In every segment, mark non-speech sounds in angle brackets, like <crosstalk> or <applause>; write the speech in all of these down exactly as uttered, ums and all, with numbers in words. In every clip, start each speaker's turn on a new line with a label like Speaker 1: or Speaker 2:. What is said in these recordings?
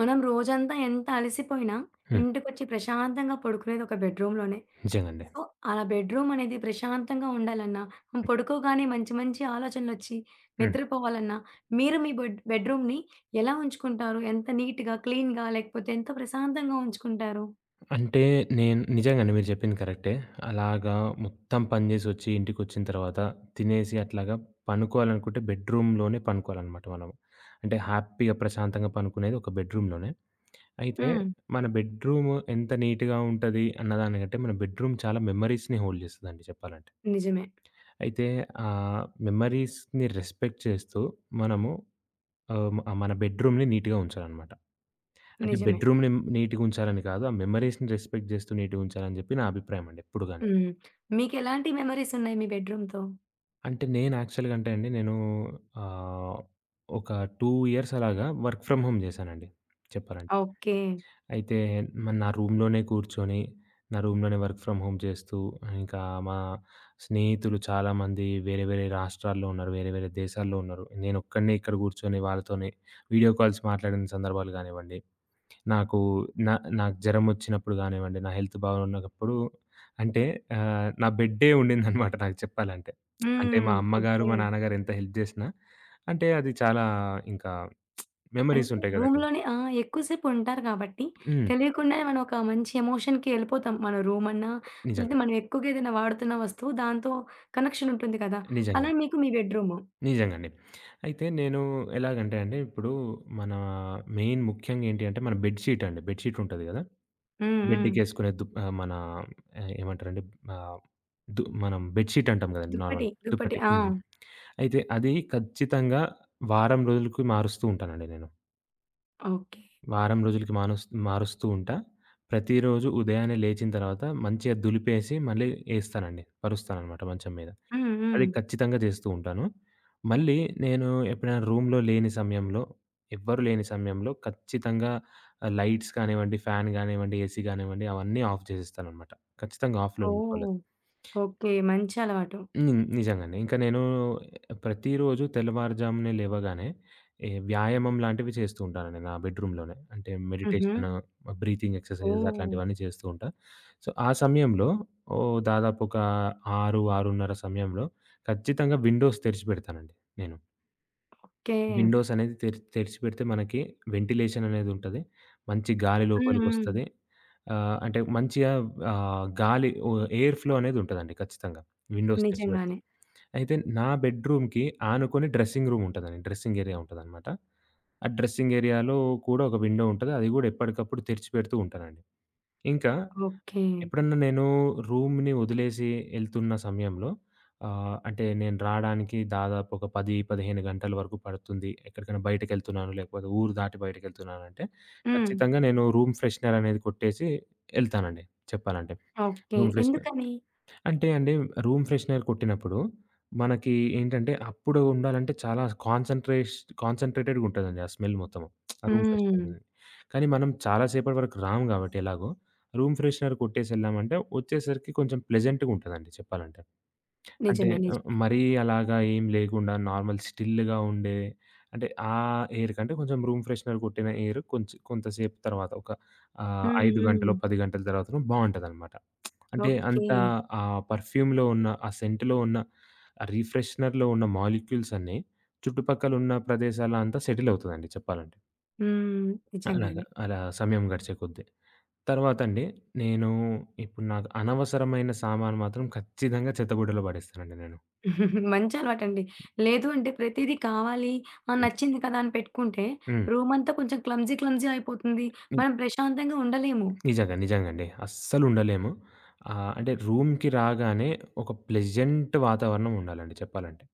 Speaker 1: మనం రోజంతా ఎంత అలసిపోయినా,
Speaker 2: హ్మ్.
Speaker 1: ఇంటికొచ్చి ప్రశాంతంగా పడుకునేది ఒక బెడ్‌రూమ్‌లోనే.
Speaker 2: నిజంగండి.
Speaker 1: సో, అలా బెడ్‌రూమ్ అనేది ప్రశాంతంగా ఉండాలన్నా, మనం పడుకోగానే మంచి మంచి ఆలోచనలొచ్చి
Speaker 2: హ్మ్.
Speaker 1: నిద్రపోవాలన్నా, మీరు మీ బెడ్ బెడ్‌రూమ్‌ని ఎలా ఉంచుకుంటారు? ఎంత నీట్‌గా, క్లీన్‌గా లేకపోతే ఎంత ప్రశాంతంగా ఉంచుకుంటారు?
Speaker 2: అంటే నేను నిజంగానే మీరు చెప్పింది కరెక్టే. అలాగా మొత్తం పని జేసొచ్చి ఇంటికొచ్చిన తర్వాత తినేసి అట్లాగా పనుకోవాలనుకుంటే బెడ్‌రూమ్‌లోనే పనుకోవాలనమాట మనము. అంటే హ్యాపీగా ప్రశాంతంగా పనుకునేది ఒక బెడ్‌రూమ్‌లోనే. అయితే
Speaker 1: హ్మ్.
Speaker 2: మన బెడ్‌రూమ్ ఎంత నీట్‌గా ఉంటది అన్నదానికంటే మన బెడ్‌రూమ్ చాలా మెమరీస్‌ని హోల్డ్ చేస్తదండి చెప్పాలంటే.
Speaker 1: నిజమే.
Speaker 2: అయితే ఆ మెమరీస్‌ని రెస్పెక్ట్ చేస్తూ మనము ఆహ్, మన బెడ్‌రూమ్‌ని నీట్‌గా ఉంచాలనమాట. అంటే
Speaker 1: నిజమే.
Speaker 2: బెడ్‌రూమ్‌ని నీట్‌గుంచాలని కాదు. ఆ మెమోరీస్‌ని రెస్పెక్ట్ జేస్తూ నీట్‌గుంచాలని జెప్పి నా అభిప్రాయం అండి ఎప్పుడు గాని.
Speaker 1: హ్మ్. మీకెలాంటి మెమోరీస్ ఉన్నాయి మీ బెడ్‌రూమ్‌తో?
Speaker 2: అంటే నేను యాక్చువల్‌గా అంటే అండి నేను ఆహ్, ఒక రెండు ఇయర్స్ అలాగా వర్క్ ఫ్రమ్ హోమ్ జేశానండి చెప్పాలంటే.
Speaker 1: ఓకే.
Speaker 2: అయితే మరి నా రూమ్‌లోనే కూర్చొని, నా రూమ్‌లోనే వర్క్ ఫ్రమ్ హోమ్ చేస్తూ, ఇంకా మా స్నేహితులు చాలామంది వేరే వేరే రాష్ట్రాల్లో ఉన్నారు. వేరే వేరే దేశాల్లో ఉన్నారు. నేనొక్కడినే ఇక్కడ గూర్చొని వాళ్ళతోని వీడియో కాల్స్ మాట్లాడిన సందర్భాలు గానివ్వండి. నాకు నా నాకు జరమొచ్చినప్పుడు గానివ్వండి, నా హెల్త్ బాగున్నప్పుడు అంటే ఆహ్, నా బెడ్డే ఉండిందనమాట నాకు చెప్పాలంటే. అంటే మా
Speaker 1: హ్మ్.
Speaker 2: అమ్మగారు,
Speaker 1: ఓకే.
Speaker 2: మా నాన్నగారు ఎంత హెల్ప్ జేసినా అంటే అది చాలా ఇంకా మెమోరీస్
Speaker 1: అంటే
Speaker 2: ఉంటాయి గదండీ.
Speaker 1: రూమ్‌లోనే ఆ! ఎక్కువసేపు ఉంటారు కాబట్టి,
Speaker 2: హ్మ్.
Speaker 1: తెలియకుండానే మనం ఒక మంచి ఎమోషన్‌కి ఎళ్ళిపోతాం. మన రూమ్ అన్నా,
Speaker 2: నిజంగానే.
Speaker 1: లేతే మనం ఎక్కువగా ఏదైనా వాడుతున్న వస్తువు దాంతో కనెక్షన్ ఉంటుంది కదా! అలా
Speaker 2: నిజంగానే.
Speaker 1: మీకు మీ బెడ్‌రూము.
Speaker 2: నిజంగండి. అయితే నేను ఎలాగంటే అండి, ఇప్పుడు మన మెయిన్ ముఖ్యంగా ఏంటి అంటే మన బెడ్ షీట్ అండి. బెడ్ షీట్ ఉంటది గదా!
Speaker 1: హ్మ్. హ్మ్.
Speaker 2: బెడ్‌కేసుకునే దుప్ ఆహ్, మన ఏమంటారండి ఆహ్, దు మనం బెడ్ షీట్ అంటాం గదండీ
Speaker 1: దుప్పటి,
Speaker 2: నార్మల్‌గా.
Speaker 1: దుప్పటి.
Speaker 2: దుప్పటి.
Speaker 1: ఆ!
Speaker 2: హ్మ్. అయితే అది ఖచ్చితంగా వారం రోజులకి మారుస్తూ ఉంటానండి నేను.
Speaker 1: ఓకే.
Speaker 2: వారం రోజులకి మానుస్ మారుస్తూ ఉంటా. ప్రతిరోజు ఉదయాన్నే లేచిన తర్వాత మంచిగా దులిపేసి మళ్ళీ ఏస్తానండి. పరుస్తాననమాట మంచం మీద.
Speaker 1: హ్మ్.
Speaker 2: అది
Speaker 1: హ్మ్.
Speaker 2: ఖచ్చితంగా చేస్తూ ఉంటాను. మళ్ళీ నేను ఎప్పుడైనా రూమ్‌లో లేని సమయంలో, ఎవ్వరు లేని సమయంలో ఖచ్చితంగా ఆహ్, లైట్స్ కానివ్వండి, ఫ్యాన్ గానివ్వండి, ఏసీ గానివ్వండి అవన్నీ ఆఫ్ చేసేస్తాననమాట. ఖచ్చితంగా ఆఫ్‌లో ఉండిపోవాలి.
Speaker 1: ఓహ్! ఓకే. మంచి అలవాటు.
Speaker 2: హ్మ్. నిజంగానే. ఇంకా నేను ప్రతిరోజు తెల్లవారుజామునే లేవగానే ఏ వ్యాయామం లాంటివి చేస్తూ ఉంటానండి నా బెడ్‌రూమ్‌లోనే. అంటే
Speaker 1: హుహు.
Speaker 2: Meditation, breathing exercises
Speaker 1: oh!
Speaker 2: అట్లాంటివన్నీ చేస్తూ ఉంటా. సో, ఆ సమయంలో ఓహ్! దాదాపు ఒక ఆరు, ఆరున్నర సమయంలో ఖచ్చితంగా విండోస్ తెరిచిపెడతానండి నేను.
Speaker 1: ఓకే.
Speaker 2: విండోస్ అనేది తెరి తెరిచిపెడితే మనకి వెంటిలేషన్ అనేదుంటది. మంచి గాలి
Speaker 1: హ్మ్. హ్మ్.
Speaker 2: లోపలికొస్తది. ఆహ్, అంటే మంచిగా ఆహ్, గాలి ఓహ్! ఎయిర్ ఫ్లో అనేదుంటదండి ఖచ్చితంగా విండోస్ తెరిచిపెడితే.
Speaker 1: నిజంగానే.
Speaker 2: అయితే నా బెడ్‌రూమ్‌కి ఆనుకొని డ్రెస్సింగ్ రూమ్ ఉంటదండి. డ్రెస్సింగ్ ఏరియా ఉంటదనమాట. ఆ డ్రెస్సింగ్ ఏరియాలో కూడా ఒక విండో ఉంటది. అది గూడా ఎప్పటికప్పుడు తెరిచి పెడుతూ ఉంటానండి. ఇంకా
Speaker 1: ఓకే.
Speaker 2: ఎప్పుడన్నా నేను రూమ్‌ని వదిలేసి ఎళ్తున్న సమయంలో ఆహ్, అంటే నేను రాడానికి దాదాపు ఒక పది, పదిహేను గంటల వరకు పడుతుంది. ఎక్కడికైనా బయటకెళ్తున్నాను లేకపోతే ఊరు దాటి బయటకెళ్తున్నానంటే
Speaker 1: హ్మ్.
Speaker 2: ఖచ్చితంగా నేను రూమ్ ఫ్రెషనర్ అనేది కొట్టేసి ఎళ్తానండి చెప్పాలంటే.
Speaker 1: ఓకే.
Speaker 2: రూమ్ ఫ్రెషనర్
Speaker 1: ఎందుకని?
Speaker 2: అంటే అండి రూమ్ ఫ్రెషనర్ కొట్టినప్పుడు మనకి ఏంటంటే అప్పుడు ఉండాలంటే చాలా కాన్సంట్రేష్ కాన్సంట్రేటెడ్‌గా ఉంటదండి ఆ స్మెల్ మొత్తము. ఆ రూమ్ ఫ్రెషనర్
Speaker 1: హ్మ్.
Speaker 2: అనేది. కానీ మనం చాలా సేపటి వరకు రాము కాబట్టి ఎలాగో రూమ్ ఫ్రెషనర్ కొట్టేసి వెళ్ళామంటే వచ్చేసరికి కొంచెం ప్లెజెంట్‌గా ఉంటదండి చెప్పాలంటే. అంటే
Speaker 1: నిజమే.
Speaker 2: ఆహ్,
Speaker 1: నిజమే.
Speaker 2: మరీ అలాగా ఏం లేకుండా నార్మల్ స్టిల్‌గా ఉండే అంటే ఆ ఎయిర్ కంటే కొంచెం రూమ్ ఫ్రెషనర్ కొట్టిన ఎయిర్ కొంచెం కొంతసేపు తర్వాత ఒక ఆహ్,
Speaker 1: హ్మ్.
Speaker 2: ఐదు గంటలో,
Speaker 1: హ్మ్.
Speaker 2: పది గంటల తర్వాతనో బావుంటదనమాట. అంటే
Speaker 1: ఓకే.
Speaker 2: అంత ఆ పర్ఫ్యూమ్‌లో ఉన్న, ఆ సెంట్‌లో ఉన్న, ఆ రిఫ్రెషనర్‌లో ఉన్న మాలిక్యూల్స్ అన్నీ చుట్టుపక్కల ఉన్న ప్రదేశాల అంతా సెటిల్ అవుతదండి చెప్పాలంటే.
Speaker 1: హ్మ్.
Speaker 2: అలాగా
Speaker 1: నిజంగానే.
Speaker 2: అలా సమయం గడిచే కొద్దీ. తర్వాతండి నేను ఇప్పుడు నాకు అనవసరమైన సామాను మాత్రం ఖచ్చితంగా చెత్తబుట్టలో పడేస్తానండి నేను.
Speaker 1: <laughs> మంచి అలవాటండి. లేదు అంటే ప్రతీదీ కావాలి, ఆ!
Speaker 2: హ్మ్.
Speaker 1: నచ్చింది కదా! అని పెట్టుకుంటే
Speaker 2: హ్మ్.
Speaker 1: రూమంతా కొంచెం క్లమ్జీ క్లమ్జీ అయిపోతుంది.
Speaker 2: హ్మ్.
Speaker 1: మనం ప్రశాంతంగా ఉండలేము.
Speaker 2: నిజంగా, నిజంగండి. అస్సలు ఉండలేము. ఆహ్, అంటే రూమ్‌కి రాగానే ఒక ప్లెజెంట్ వాతావరణం ఉండాలండి చెప్పాలంటే.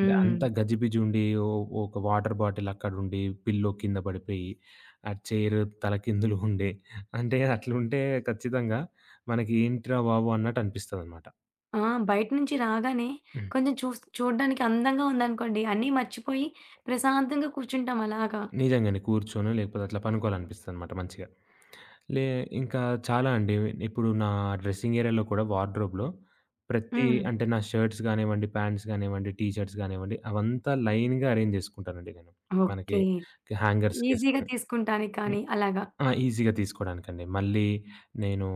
Speaker 2: అంటే అంతా గజిబిజి ఉండి, ఓ ఒక వాటర్ బాటిల్ అక్కడుండి, పిల్లో కింద పడిపోయి, ఆ చైర్ తలకిందులు ఉండే, అంటే అట్లుంటే ఖచ్చితంగా మనకి ఏంట్రా బాబు! అన్నట్టు అనిపిస్తదనమాట.
Speaker 1: ఆ! బయట నుంచి రాగానే
Speaker 2: హ్మ్.
Speaker 1: కొంచెం చూస్ చూడడానికి అందంగా ఉందనుకోండి, అన్నీ మర్చిపోయి ప్రశాంతంగా కూర్చుంటాం అలాగా.
Speaker 2: నిజంగానే కూర్చొనో, లేకపోతే అట్లా పనుకోవాలనిపిస్తదనమాట మంచిగా. లే ఇంకా చాలా అండి. ఇప్పుడు నా డ్రెస్సింగ్ ఏరియాలో కూడా వార్డ్‌రోబ్‌లో ప్రతి
Speaker 1: హ్మ్.
Speaker 2: అంటే నా షర్ట్స్ గానివ్వండి, ప్యాంట్స్ గానివ్వండి, టీ షర్ట్స్ గానివ్వండి, అవంతా లైన్‌గా అరేంజ్ చేసుకుంటానండి నేను. మనకి
Speaker 1: ఓకే. ఈజీగా
Speaker 2: హ్యాంగర్స్‌కేసుకొని.
Speaker 1: తీసుకుంటానికి కానీ అలాగా.
Speaker 2: ఆ! ఈజీగా తీసుకోవడానికండి. మళ్ళీ నేను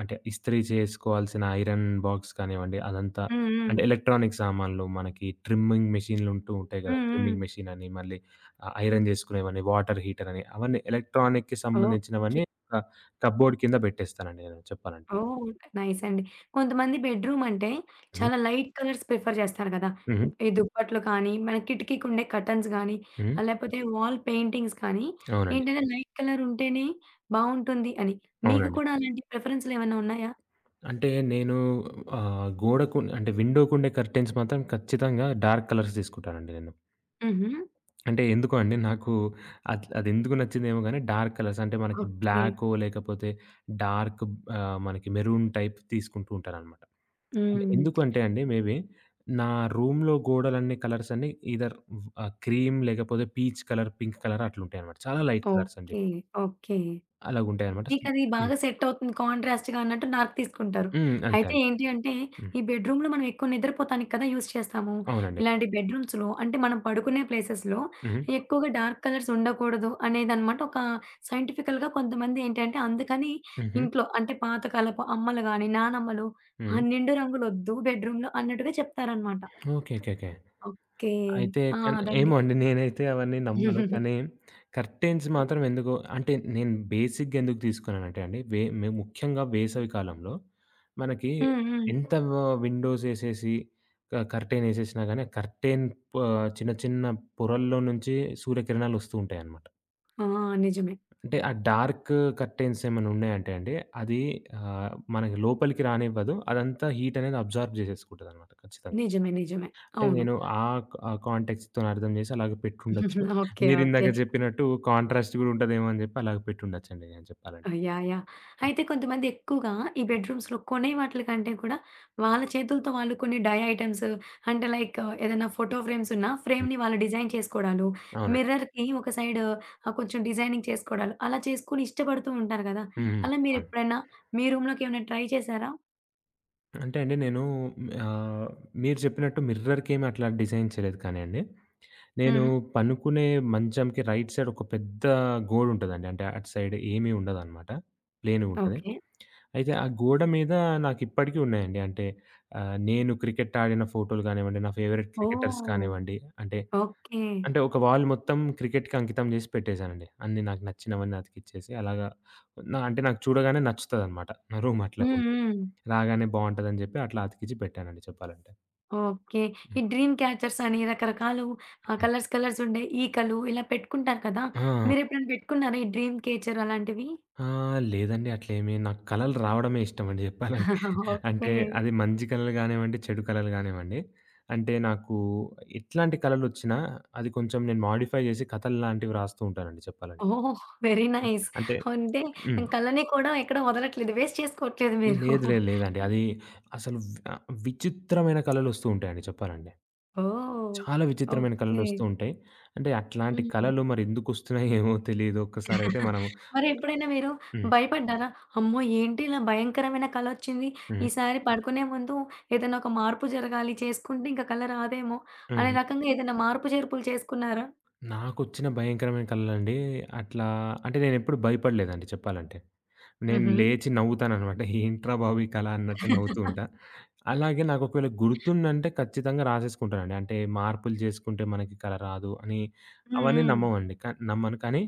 Speaker 2: అంటే ఇస్త్రీ చేసుకోవాల్సిన ఐరన్ బాక్స్ కానివ్వండి, అదంతా
Speaker 1: హ్మ్. హ్మ్.
Speaker 2: అంటే ఎలక్ట్రానిక్ సామాన్లు మనకి ట్రిమ్మింగ్ మెషిన్‌లు ఉంటూ ఉంటాయి గదండీ.
Speaker 1: హ్మ్. హ్మ్.
Speaker 2: ట్రిమ్మింగ్ మెషిన్ అని, మళ్ళీ ఆహ్, ఐరన్ జేసుకునేవని, వాటర్ హీటర్ అని అవన్నీ ఎలక్ట్రానిక్‌కి
Speaker 1: ఓకే.
Speaker 2: సంబంధించినవన్నీ ఒక కప్‌బోర్డ్ కింద పెట్టేస్తానండి నేను చెప్పాలంటే.
Speaker 1: ఓహ్! నైస్ అండి. కొంతమంది బెడ్‌రూమ్ అంటే
Speaker 2: హ్మ్.
Speaker 1: చాలా లైట్ కలర్స్ ప్రిఫర్ చేస్తారు కదా!
Speaker 2: హుహు.
Speaker 1: ఈ దుప్పట్లు కానీ, మన కిటికీకుండే కర్టన్స్ గానీ,
Speaker 2: హ్మ్.
Speaker 1: ఆహ్, లేపోతే వాల్ పెయింటింగ్స్ కానీ
Speaker 2: అవునండి.
Speaker 1: ఏంటంటే లైట్ కలర్ ఉంటేనే బావుంటుంది అని. మీకు
Speaker 2: అవునండి.
Speaker 1: కూడా అలాంటి ప్రిఫరెన్స్‌లేమన్నా ఉన్నాయా?
Speaker 2: అంటే నేను ఆహ్, గోడకు అంటే విండో‌కుండే కర్టెన్స్ మాత్రం ఖచ్చితంగా డార్క్ కలర్స్ తీసుకుంటానండి నేను.
Speaker 1: హుహు.
Speaker 2: అంటే ఎందుకో అండి నాకు అద్ అదెందుకు నచ్చిందేమో గానీ డార్క్ కలర్స్ అంటే మనకి
Speaker 1: ఓకే.
Speaker 2: బ్లాకో లేకపోతే డార్క్ ఆహ్, మనకి మెరూన్ టైప్ తీసుకుంటూ ఉంటాననమాట. అంటే
Speaker 1: హ్మ్.
Speaker 2: ఎందుకు అంటే అండి మే బీ నా రూమ్‌లో గోడలన్నీ కలర్స్ అన్నీ ఈదర్ ఆహ్, క్రీమ్ లేకపోతే పీచ్ కలర్, పింక్ కలర్ అట్లుంటాయనమాట. చాలా లైట్ కలర్స్ అండి.
Speaker 1: ఓకే. ఓకే.
Speaker 2: అలాగుంటాయనమాట.
Speaker 1: మీకది
Speaker 2: హ్మ్.
Speaker 1: బాగా సెట్ అవుతుంది. కాంట్రాస్ట్‌గా అన్నట్టు నాకు తీసుకుంటారు.
Speaker 2: హ్మ్. అంతే
Speaker 1: అయితే
Speaker 2: అండి.
Speaker 1: ఏంటి అంటే,
Speaker 2: హ్మ్.
Speaker 1: ఈ బెడ్‌రూమ్‌లో మనం ఎక్కువ నిద్రపోతానికి కదా యూజ్ చేస్తాము.
Speaker 2: అవునండి.
Speaker 1: ఇలాంటి బెడ్‌రూమ్స్‌లో అంటే మనం పడుకునే ప్లేసెస్‌లో
Speaker 2: హ్మ్.
Speaker 1: ఎక్కువగా డార్క్ కలర్స్ ఉండకూడదు అనేదనమాట ఒక సైంటిఫికల్‌గా కొంతమంది ఏంటంటే, అందుకని
Speaker 2: హుహు.
Speaker 1: ఇంట్లో అంటే పాతకాలపు అమ్మలు గాని, నానమ్మలు ఆ!
Speaker 2: హ్మ్.
Speaker 1: నిండు రంగులొద్దు బెడ్‌రూమ్‌లో అన్నట్టుగా చెప్తారనమాట.
Speaker 2: ఓకే. ఓకే. ఓకే.
Speaker 1: ఓకే.
Speaker 2: అయితే
Speaker 1: ఆ!
Speaker 2: కానీ
Speaker 1: అదండి.
Speaker 2: ఏమో అండి. నేనైతే అవన్నీ నమ్మను. కానీ
Speaker 1: <laughs>
Speaker 2: కర్టెన్స్ మాత్రం ఎందుకో అంటే నేను బేసిక్‌గా ఎందుకు తీసుకున్నానంటే అండి. వే మేము ముఖ్యంగా వేసవి కాలంలో మనకి
Speaker 1: హ్మ్. హ్మ్.
Speaker 2: ఎంత వ విండోస్ ఏసేసి క కర్టెన్ ఏసేసినా గానీ, కర్టెన్ ప చిన్న చిన్న పొరల్లో నుంచి సూర్యకిరణాలు వస్తూ ఉంటాయన్నమాట.
Speaker 1: ఆ! నిజమే.
Speaker 2: అంటే ఆ డార్క్ కర్టెన్స్ ఏమైనా ఉన్నాయంటే అండి. అది ఆహ్, మనకి లోపలికి రానివ్వదు. అదంతా హీట్ అనేది అబ్జార్బ్ చేసేసుకుంటదన్నమాట ఖచ్చితంగా.
Speaker 1: నిజమే. నిజమే.
Speaker 2: అంటే
Speaker 1: అవును.
Speaker 2: నేను ఆ ఆ కాంటెక్స్‌తోని అర్థం చేసి అలాగే పెట్టుండొచ్చు.
Speaker 1: <laughs> ఓకే. ఓకే.
Speaker 2: మీరిందాక చెప్పినట్టు కాంట్రాస్ట్ గూడా ఉంటదేమో అని జెప్పి అలాగ పెట్టుండొచ్చండి నేను
Speaker 1: ఆ!
Speaker 2: చెప్పాలంటే.
Speaker 1: యాహ్! యాహ్! అయితే కొంతమంది ఎక్కువగా ఈ బెడ్‌రూమ్స్‌లో కొనే వాటిల కంటే కూడా వాళ్ళ చేతులతో వాళ్ళు కొన్ని డై ఐటెమ్స్ అంటే లైక్ ఏదైనా ఫోటో ఫ్రేమ్స్ ఉన్నా
Speaker 2: హ్మ్.
Speaker 1: ఫ్రేమ్‌ని వాళ్ళు డిజైన్ చేసుకోవడాలు,
Speaker 2: అవునండి.
Speaker 1: మిర్రర్‌కి ఒక సైడ్ ఆహ్, కొంచెం డిజైనింగ్ చేసుకోవడాలు అలా చేసుకొని ఇష్టపడుతూ ఉంటారు కదా!
Speaker 2: హ్మ్. హ్మ్.
Speaker 1: అలా
Speaker 2: అవును.
Speaker 1: మీరెప్పుడైనా మీ రూమ్‌లోకి ఏమైనా ట్రై చేశారా?
Speaker 2: అంటే అండి నేను ఆహ్, మీరు చెప్పినట్టు మిర్రర్‌కేమి అట్లా డిజైన్ చేయలేదు కానీ అండి, నేను
Speaker 1: హ్మ్.
Speaker 2: పనుకునే మంచంకి రైట్ సైడ్ ఒక పెద్ద గోడుంటదండి. అంటే అటు సైడ్ ఏమీ ఉండదనమాట. ప్లేన్‌గుంటది.
Speaker 1: ఓకే.
Speaker 2: అయితే ఆ గోడ మీద నాకిప్పటికీ ఉన్నాయండి. అంటే ఆహ్, నేను క్రికెట్ ఆడిన ఫోటోలు గానివ్వండి, నా ఫేవరెట్ క్రికెటర్స్
Speaker 1: ఓహ్!
Speaker 2: కానివ్వండి అంటే
Speaker 1: ఓకే.
Speaker 2: అంటే ఒక వాల్ మొత్తం క్రికెట్‌కి అంకితం చేసి పెట్టేసానండి. అన్నీ నాకు నచ్చినవన్నీ అతికిచ్చేసి అలాగా నా అంటే నాకు చూడగానే నచ్చుతదనమాట. నా రూమ్
Speaker 1: హ్మ్.
Speaker 2: అట్లాగుంటే.
Speaker 1: హ్మ్.
Speaker 2: రాగానే బావుంటదని చెప్పి అట్లా అతికిచ్చి పెట్టానండి చెప్పాలంటే.
Speaker 1: ఓకే.
Speaker 2: హ్మ్.
Speaker 1: ఈ డ్రీమ్ క్యాచర్స్ అని రకరకాలు ఆహ్,
Speaker 2: హ్మ్.
Speaker 1: కలర్స్ కలర్స్ ఉండే ఈకలు ఇలా పెట్టుకుంటారు కదా!
Speaker 2: ఆ!
Speaker 1: మీరెప్పుడైనా పెట్టుకున్నారా ఈ డ్రీమ్ క్యాచర్ అలాంటివి?
Speaker 2: ఆ! లేదండి అట్లేమి నాకు కలలు రావడమే ఇష్టమండి చెప్పాలంటే.
Speaker 1: <laughs> ఓకే.
Speaker 2: అంటే అది మంచి కలలు గానివ్వండి, చెడు కలలు గానివ్వండి. అంటే నాకు ఎట్లాంటి కలలొచ్చినా అది కొంచెం నేను మోడిఫై చేసి కథల్లాంటివి రాస్తూ ఉంటానండి చెప్పాలంటే.
Speaker 1: ఓహ్! Very nice.
Speaker 2: అంటే
Speaker 1: అంటే
Speaker 2: హ్మ్.
Speaker 1: కళని కూడా ఎక్కడ వదలట్లేదు. వేస్ట్ చేసుకోవట్లేదు మీరు.
Speaker 2: లేదు. లేదు. లేదండి. అది అసలు వి ఆహ్, విచిత్రమైన కలలొస్తూ ఉంటాయండి చెప్పాలంటే.
Speaker 1: ఓహ్!
Speaker 2: చాలా విచిత్రమైన
Speaker 1: ఓకే.
Speaker 2: కలలొస్తూ ఉంటాయి. అంటే అట్లాంటి
Speaker 1: హ్మ్.
Speaker 2: కలలు మరెందుకొస్తున్నాయో ఏమో తెలీదు. ఒక్కసారైతే మనం
Speaker 1: మరి ఎప్పుడైనా మీరు
Speaker 2: హ్మ్.
Speaker 1: భయపడ్డారా? అమ్మో! ఏంటి ఇలా భయంకరమైన కలొచ్చింది.
Speaker 2: హ్మ్.
Speaker 1: ఈసారి పడుకునే ముందు ఏదైనా ఒక మార్పు జరగాలి. చేసుకుంటే ఇంక కల రాదేమో అనే
Speaker 2: హ్మ్.
Speaker 1: రకంగా ఏదైనా మార్పు చేర్పులు చేసుకున్నారా?
Speaker 2: నాకొచ్చిన భయంకరమైన కలలండి. అట్లా అంటే నేనెప్పుడు భయపడలేదండి చెప్పాలంటే. నేను
Speaker 1: హుహు.
Speaker 2: లేచి నవ్వుతాననమాట. <laughs> ఏంట్రా బాబు ఈ కల అన్నట్టు నవ్వుతూ
Speaker 1: హ్మ్.
Speaker 2: ఉంటా. అలాగే నాకొకవేళ గుర్తుందంటే ఖచ్చితంగా రాసేసుకుంటానండి. అంటే మార్పులు చేసుకుంటే మనకి కల రాదు అని అవన్నీ
Speaker 1: హ్మ్.
Speaker 2: నమ్మమండి. క నమ్మను. కానీ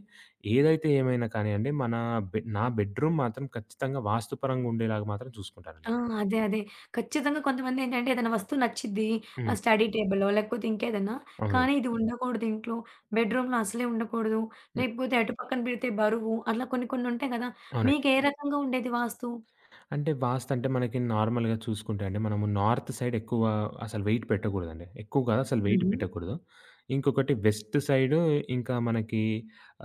Speaker 2: ఏదైతే ఏమైనా కానియండి మన బె నా బెడ్‌రూమ్ మాత్రం ఖచ్చితంగా వాస్తుపరంగా ఉండేలాగా మాత్రం చూసుకుంటానండి
Speaker 1: ఆ!
Speaker 2: నేను.
Speaker 1: అదే. అదే. ఖచ్చితంగా కొంతమంది ఏంటంటే ఏదైనా వస్తువు నచ్చిద్ది. ఆహ్,
Speaker 2: హ్మ్.
Speaker 1: స్టడీ టేబులో లేకపోతే ఇంకేదన్నా.
Speaker 2: అవునండి.
Speaker 1: కానీ ఇది ఉండకూడదు ఇంట్లో. బెడ్‌రూమ్‌లో అసలే ఉండకూడదు.
Speaker 2: హ్మ్.
Speaker 1: లేకపోతే అటు పక్కన పెడితే బరువు. అట్లా కొన్ని కొన్ని ఉంటాయి కదా!
Speaker 2: అవునండి.
Speaker 1: మీకు ఏ రకంగా ఉండేది వాస్తు?
Speaker 2: అంటే వాస్త్ అంటే మనకి నార్మల్‌గా చూసుకుంటే అండి, మనము నార్త్ సైడ్ ఎక్కువ అసలు వెయిట్ పెట్టకూడదండి. ఎక్కువ కాదు అసలు వెయిట్
Speaker 1: హుహు.
Speaker 2: పెట్టకూడదు. ఇంకొకటి వెస్ట్ సైడు ఇంకా మనకి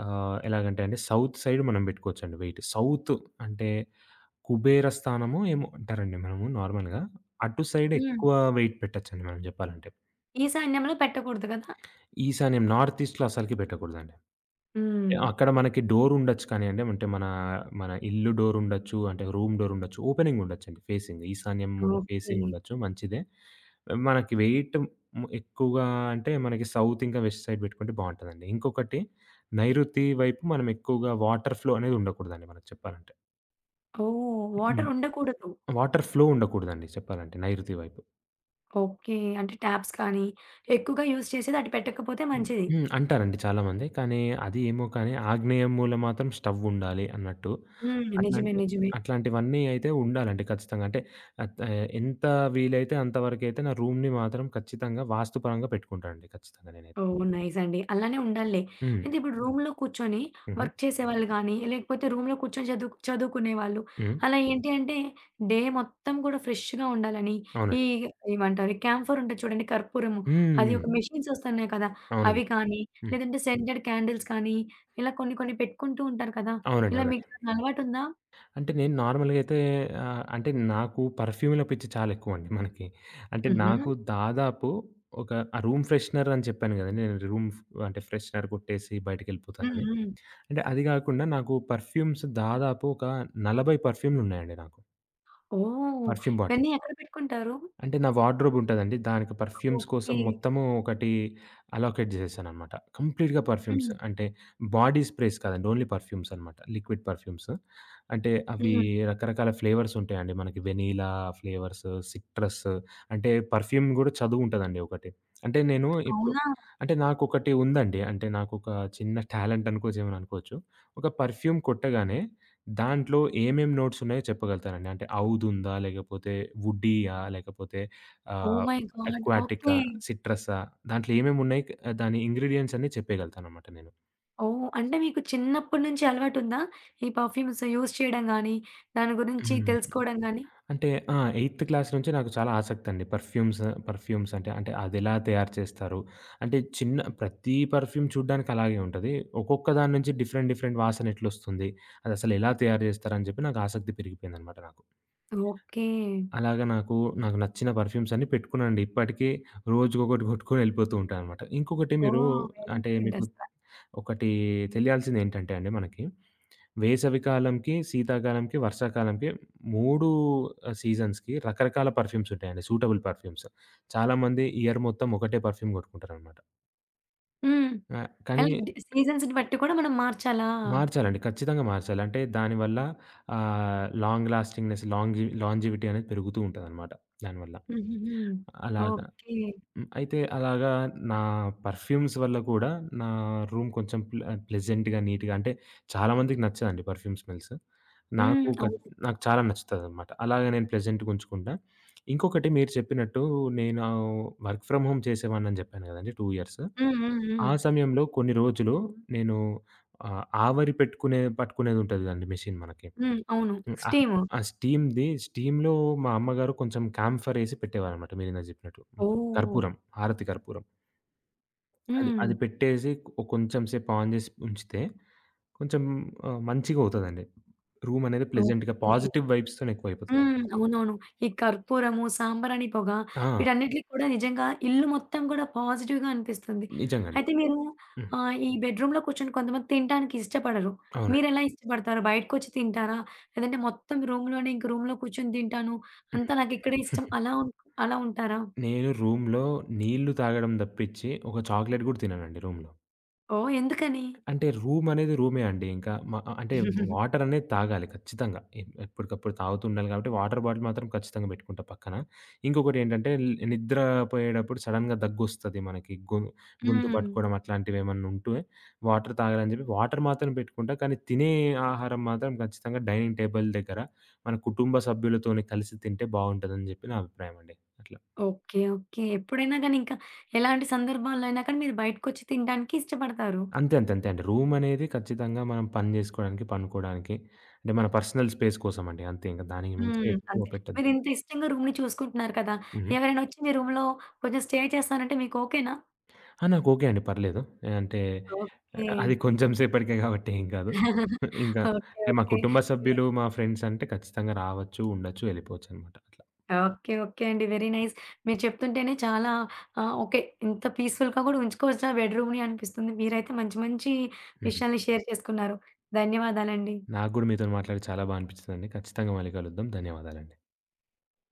Speaker 2: ఆహ్, ఎలాగంటే అండి సౌత్ సైడ్ మనం పెట్టుకోవచ్చండి వెయిట్. సౌత్ అంటే కుబేర స్థానమో ఏమో అంటారండి మనము నార్మల్‌గా. అటు సైడ్
Speaker 1: హ్మ్.
Speaker 2: ఎక్కువ వెయిట్ పెట్టొచ్చండి మనం చెప్పాలంటే.
Speaker 1: ఈశాన్యంలో పెట్టకూడదు కదా!
Speaker 2: ఈశాన్యం నార్త్ ఈస్ట్‌లో అసలకి పెట్టకూడదండి.
Speaker 1: హ్మ్.
Speaker 2: అక్కడ మనకి డోర్ ఉండొచ్చు కానియండి. అంటే మన, మన ఇల్లు డోర్ ఉండొచ్చు, అంటే రూమ్ డోర్ ఉండొచ్చు. ఓపెనింగ్ ఉండొచ్చండి ఫేసింగ్. ఈశాన్యం ఉన్న
Speaker 1: ఓకే.
Speaker 2: ఫేసింగ్ ఉండొచ్చు మంచిదే. మనకి వెయిట్ హ్మ్, ఎక్కువగా అంటే మనకి సౌత్ ఇంకా వెస్ట్ సైడ్ పెట్టుకుంటే బావుంటదండి. ఇంకొకటి నైరుతి వైపు మనం ఎక్కువగా వాటర్ ఫ్లో అనేది ఉండకూడదండి మనకు చెప్పాలంటే.
Speaker 1: ఓహ్!
Speaker 2: హ్మ్.
Speaker 1: వాటర్ ఉండకూడదు.
Speaker 2: వాటర్ ఫ్లో ఉండకూడదండి చెప్పాలంటే నైరుతి వైపు.
Speaker 1: ఓకే. అంటే టాప్స్ కానీ ఎక్కువగా యూజ్ చేసేది అటు పెట్టకపోతే
Speaker 2: హ్మ్.
Speaker 1: మంచిది.
Speaker 2: హ్మ్. అంటారండి చాలామంది. కానీ అది ఏమో కానీ ఆగ్నేయం మూల మాత్రం స్టవ్ ఉండాలి అన్నట్టు.
Speaker 1: హ్మ్. నిజమే.
Speaker 2: అట్లాంటి
Speaker 1: నిజమే.
Speaker 2: అట్లాంటివన్నీ అయితే ఉండాలండి ఖచ్చితంగా. అంటే అత్ ఆహ్, ఎంత వీలైతే అంత వరకైతే నా రూమ్‌ని మాత్రం ఖచ్చితంగా వాస్తుపరంగా పెట్టుకుంటానండి ఖచ్చితంగా నేనైతే.
Speaker 1: ఓహ్! నైస్ అండి. అలానే ఉండాలిలే.
Speaker 2: హ్మ్.
Speaker 1: అయితే ఇప్పుడు రూమ్‌లో కూర్చొని
Speaker 2: హుహు.
Speaker 1: వర్క్ చేసేవాళ్ళు గానీ, లేకపోతే రూమ్‌లో కూర్చొని చదువు చదువుకునేవాళ్ళు,
Speaker 2: హ్మ్.
Speaker 1: అలా ఏంటి అంటే డే మొత్తం కూడా ఫ్రెష్‌గా ఉండాలని ఈ
Speaker 2: అవునండి.
Speaker 1: ఏమంటారు క్యాంఫర్ ఉంటది చూడండి కర్పూరము.
Speaker 2: హ్మ్.
Speaker 1: అది
Speaker 2: హ్మ్.
Speaker 1: ఒక మెషిన్స్ వస్తున్నాయి కదా! అవి
Speaker 2: అవునండి.
Speaker 1: కానీ,
Speaker 2: హ్మ్.
Speaker 1: లేదంటే సెంటెడ్ క్యాండిల్స్ కానీ, ఇలా కొన్ని కొన్ని పెట్టుకుంటూ ఉంటారు కదా!
Speaker 2: అవునండి. అవునండి.
Speaker 1: ఇలా మీకేమైనా అలవాటుందా?
Speaker 2: అంటే నేను నార్మల్‌గా అయితే ఆహ్, అంటే నాకు పర్ఫ్యూమ్‌ల పిచ్చి చాలా ఎక్కువండి మనకి. అంటే
Speaker 1: హుహు.
Speaker 2: నాకు దాదాపు ఒక ఆ రూమ్ ఫ్రెషనర్ అని చెప్పాను గదండీ! నేను రూమ్ ఫ్ అంటే ఫ్రెషనర్ కొట్టేసి
Speaker 1: హ్మ్.
Speaker 2: బయటికెళ్ళిపోతానని.
Speaker 1: హ్మ్.
Speaker 2: అంటే అది గాకుండా నాకు పర్ఫ్యూమ్స్ దాదాపు ఒక నలభై పర్ఫ్యూమ్‌లున్నాయండి నాకు.
Speaker 1: ఓహ్!
Speaker 2: పర్ఫ్యూమ్
Speaker 1: ఇవన్నీ
Speaker 2: బాటిల్స్.
Speaker 1: ఎక్కడ పెట్టుకుంటారు?
Speaker 2: అంటే నా వార్డ్‌రోబ్ ఉంటదండి. దానికి పర్ఫ్యూమ్స్ కోసం
Speaker 1: ఓకే.
Speaker 2: మొత్తము ఒకటి అలోకేట్ చేసేసాననమాట. కంప్లీట్‌గా పర్ఫ్యూమ్స్.
Speaker 1: హ్మ్.
Speaker 2: అంటే బాడీ స్ప్రేస్ కాదండి. ఓన్లీ పర్ఫ్యూమ్స్ అనమాట. Liquid perfumes. అంటే అవి
Speaker 1: హ్మ్.
Speaker 2: రకరకాల ఫ్లేవర్స్ ఉంటాయండి. మనకి వెనీలా ఫ్లేవర్స్, సిట్రస్ అంటే పర్ఫ్యూమ్ గూడా చదువుంటదండి ఒకటి. అంటే నేను ఇప్పుడు
Speaker 1: అవునా!
Speaker 2: అంటే నాకొకటి ఉందండి. అంటే నాకొక చిన్న టాలెంట్ అనుకోవచ్చు ఏమని అనుకోవచ్చు. ఒక పర్ఫ్యూమ్ కొట్టగానే దాంట్లో ఏమేం నోట్స్ ఉన్నాయో చెప్పగలుగుతారండి? అంటే ఔదుందా? లేకపోతే వుడ్డీయా? లేకపోతే
Speaker 1: ఓహ్
Speaker 2: ఆహ్,
Speaker 1: మై గాడ్!
Speaker 2: అక్వాటికా?
Speaker 1: ఓకే.
Speaker 2: సిట్రసా? దాంట్లో ఏమేమున్నాయి క్ దాని ఇంగ్రీడియెంట్స్ అన్నీ చెప్పేయగలుగుతాననమాట నేను.
Speaker 1: ఓహ్! అంటే మీకు చిన్నప్పటి నుంచి అలవాటుందా? ఈ పర్ఫ్యూమ్స్ యూజ్ చేయడం గాని, దాని గురించి
Speaker 2: హ్మ్.
Speaker 1: తెలుసుకోవడం గాని?
Speaker 2: అంటే ఆ! ఎయిత్ క్లాస్ నుంచే నాకు చాలా ఆసక్తండి. పర్ఫ్యూమ్స్ పర్ఫ్యూమ్స్ అంటే, అంటే అదెలా తయారు చేస్తారు? అంటే చిన్న ప్రతి పర్ఫ్యూమ్ చూడ్డానికి అలాగే ఉంటది. ఒక్కొక్క దాని నుంచి డిఫరెంట్, డిఫరెంట్ వాసనెట్లొస్తుంది? అదసలెలా తయారు చేస్తారని చెప్పి నాకు ఆసక్తి పెరిగిపోయిందనమాట నాకు.
Speaker 1: ఓకే.
Speaker 2: అలాగా నాకు, నాకు నచ్చిన పర్ఫ్యూమ్స్ అన్నీ పెట్టుకున్నానండి. ఇప్పటికీ రోజుకొకటి గొట్టుకొని వెళ్ళిపోతూ ఉంటాననమాట. ఇంకొకటి మీరు
Speaker 1: ఓహ్! వెరీ
Speaker 2: అంటే
Speaker 1: గుడ్
Speaker 2: మీకు
Speaker 1: అసల.
Speaker 2: ఒకటి తెలియాల్సిందేంటంటే అండి మనకి, వేసవికాలంకి, శీతాకాలంకి, వర్షాకాలంకి మూడు ఆహ్, సీజన్స్‌కి రకరకాల పర్ఫ్యూమ్స్ ఉంటాయండి. Suitable perfumes. చాలామంది ఇయర్ మొత్తం ఒకటే పర్ఫ్యూమ్ కొట్టుకుంటారనమాట.
Speaker 1: హ్మ్.
Speaker 2: ఆహ్, కానీ
Speaker 1: అండ్ సీజన్స్‌ని బట్టి కూడా మనం మార్చాలా?
Speaker 2: మార్చాలండి. ఖచ్చితంగా మార్చాలి. అంటే దానివల్ల ఆహ్, లాంగ్ లాస్టింగ్‌నెస్, లాంగ్‌జి లాంజివిటీ అనేది పెరుగుతూ ఉంటదనమాట దానివల్ల.
Speaker 1: హుహుహు.
Speaker 2: అలాగ.
Speaker 1: ఓకే.
Speaker 2: హ్మ్. అయితే అలాగా నా పర్ఫ్యూమ్స్ వల్ల కూడా నా రూమ్ కొంచెం ప్లె ప్లెజెంట్‌గా, నీట్‌గా అంటే చాలా మందికి నచ్చదండి పర్ఫ్యూమ్ స్మెల్స్.
Speaker 1: హ్మ్.
Speaker 2: నాకు క
Speaker 1: అవును.
Speaker 2: నాకు చాలా నచ్చుతదనమాట. అలాగే నేను ప్లెజెంట్‌గా ఉంచుకుంటా. ఇంకొకటి మీరు చెప్పినట్టు నేను వర్క్ ఫ్రమ్ హోమ్ చేసేవాడినని చెప్పాను కదండీ రెండు ఇయర్స్.
Speaker 1: హ్మ్. హ్మ్. హ్మ్.
Speaker 2: ఆ సమయంలో కొన్ని రోజులు నేను ఆహ్, ఆవరి పెట్టుకునే పట్టుకునేదుంటది కదండీ మెషిన్ మనకి.
Speaker 1: హ్మ్. అవును.
Speaker 2: హ్మ్. ఆ!
Speaker 1: స్టీము.
Speaker 2: ఆ స్టీమ్‌ది స్టీమ్‌లో మా అమ్మగారు కొంచెం క్యాంఫర్ ఏసి పెట్టేవారనమాట మీరిందాక జెప్పినట్టు.
Speaker 1: ఓహ్!
Speaker 2: కర్పూరం, హారతి కర్పూరం. అది
Speaker 1: హ్మ్.
Speaker 2: అది పెట్టేసి కొ కొంచెం సేపు ఆన్ జేసి ఉంచితే కొంచెం ఆహ్, మంచిగవుతదండి. రూమనేది ప్లెజెంట్‌గా
Speaker 1: ఓకే.
Speaker 2: పాజిటివ్ వైబ్స్‌తోని
Speaker 1: హ్మ్.
Speaker 2: ఎక్కువయిపోతదనమాట.
Speaker 1: అవునవును. ఈ కర్పూరము, సాంబ్రాణి పొగ
Speaker 2: ఆ!
Speaker 1: వీటన్నిటికి కూడా నిజంగా ఇల్లు మొత్తం కూడా పాజిటివ్‌గా అనిపిస్తుంది.
Speaker 2: నిజంగండి.
Speaker 1: అయితే మీరు
Speaker 2: హ్మ్.
Speaker 1: ఆహ్, ఈ బెడ్‌రూమ్‌లో కూర్చొని కొంతమంది తినటానికి ఇష్టపడరు.
Speaker 2: అవునండి.
Speaker 1: మీరెలా ఇష్టపడతారు? బయటకొచ్చి తింటారా? లేదంటే మొత్తం రూమ్‌లోనే ఇంక రూమ్‌లో కూర్చొని తింటాను. అంతా నాకిక్కడే ఇష్టం
Speaker 2: <laughs>
Speaker 1: అలా ఉం అలా ఉంటారా?
Speaker 2: నేను రూమ్‌లో నీళ్లు తాగడం తప్పిచ్చి ఒక చాక్లెట్ గూడా తిననండి రూమ్‌లో.
Speaker 1: ఓహ్! ఎందుకని?
Speaker 2: అంటే రూమనేది రూమే అండి. ఇంకా మ ఆహ్, అంటే వాటరనేది తాగాలి ఖచ్చితంగా. ఎప్ ఎప్పటికప్పుడు తాగుతూ ఉండాలి కాబట్టి వాటర్ బాటిల్ మాత్రం ఖచ్చితంగా పెట్టుకుంటా పక్కన. ఇంకొకటేంటంటే ల్ నిద్రపోయేటప్పుడు సడెన్‌గా దగ్గొస్తది మనకి. గొ గొంతు
Speaker 1: హ్మ్.
Speaker 2: పట్టుకోవడం అట్లాంటివేమన్నా ఉంటే వాటర్ తాగాలని చెప్పి వాటర్ మాత్రం పెట్టుకుంటా. కానీ తినే ఆహారం మాత్రం ఖచ్చితంగా డైనింగ్ టేబుల్ దగ్గర మన కుటుంబ సభ్యులతోని కలిసి తింటే బావుంటదని చెప్పి నా అభిప్రాయం అండి. అట్లా.
Speaker 1: ఓకే. ఓకే. ఎప్పుడైనా గాని ఇంకా ఎలాంటి సందర్భాల్లో అయినా కానీ మీరు బయటకొచ్చి తినడానికి ఇష్టపడతారు.
Speaker 2: అంతే. అంతే. అంతే అండి. రూమనేది ఖచ్చితంగా మనం పని జేసుకోవడానికి, పండుకోవడానికి అంటే మన పర్సనల్ స్పేస్ కోసమండి. అంతే ఇంక దానికి మించి
Speaker 1: హ్మ్.
Speaker 2: ఎక్కువ
Speaker 1: అంతే.
Speaker 2: పెట్టొద్దు.
Speaker 1: మీరింత ఇష్టంగా రూమ్‌ని చూసుకుంటున్నారు కదా!
Speaker 2: హుహు.
Speaker 1: ఎవరైనా వచ్చి మీ రూమ్‌లో కొంచెం స్టే చేస్తానంటే మీకు ఓకేనా?
Speaker 2: ఆ! నాకు ఓకే అండి. పర్లేదు. అంటే
Speaker 1: ఓకే.
Speaker 2: అది కొంచెం సేపటికే గాబట్టి ఏం కాదు.
Speaker 1: <laughs>
Speaker 2: ఇంకా
Speaker 1: ఓకే.
Speaker 2: అంటే మా
Speaker 1: ఓకే.
Speaker 2: కుటుంబ సభ్యులు, మా ఫ్రెండ్స్ అంటే ఖచ్చితంగా రావచ్చు, ఉండొచ్చు, వెళ్ళిపోవచ్చనమాట అట్లా.
Speaker 1: ఓకే. ఓకే అండి. Very nice. మీరు చెప్తుంటేనే చాలా ఆహ్, ఓకే. ఇంత పీస్‌ఫుల్‌గా కూడా ఉంచుకోవచ్చా బెడ్‌రూమ్‌ని అనిపిస్తుంది. మీరైతే మంచి మంచి
Speaker 2: హ్మ్.
Speaker 1: విషయాల్ని షేర్ చేసుకున్నారు. ధన్యవాదాలండి.
Speaker 2: నాకు గూడా మీతోని మాట్లాడి చాలా బా అనిపించిందండి. ఖచ్చితంగా మళ్ళీ కలుద్దాం. ధన్యవాదాలండి.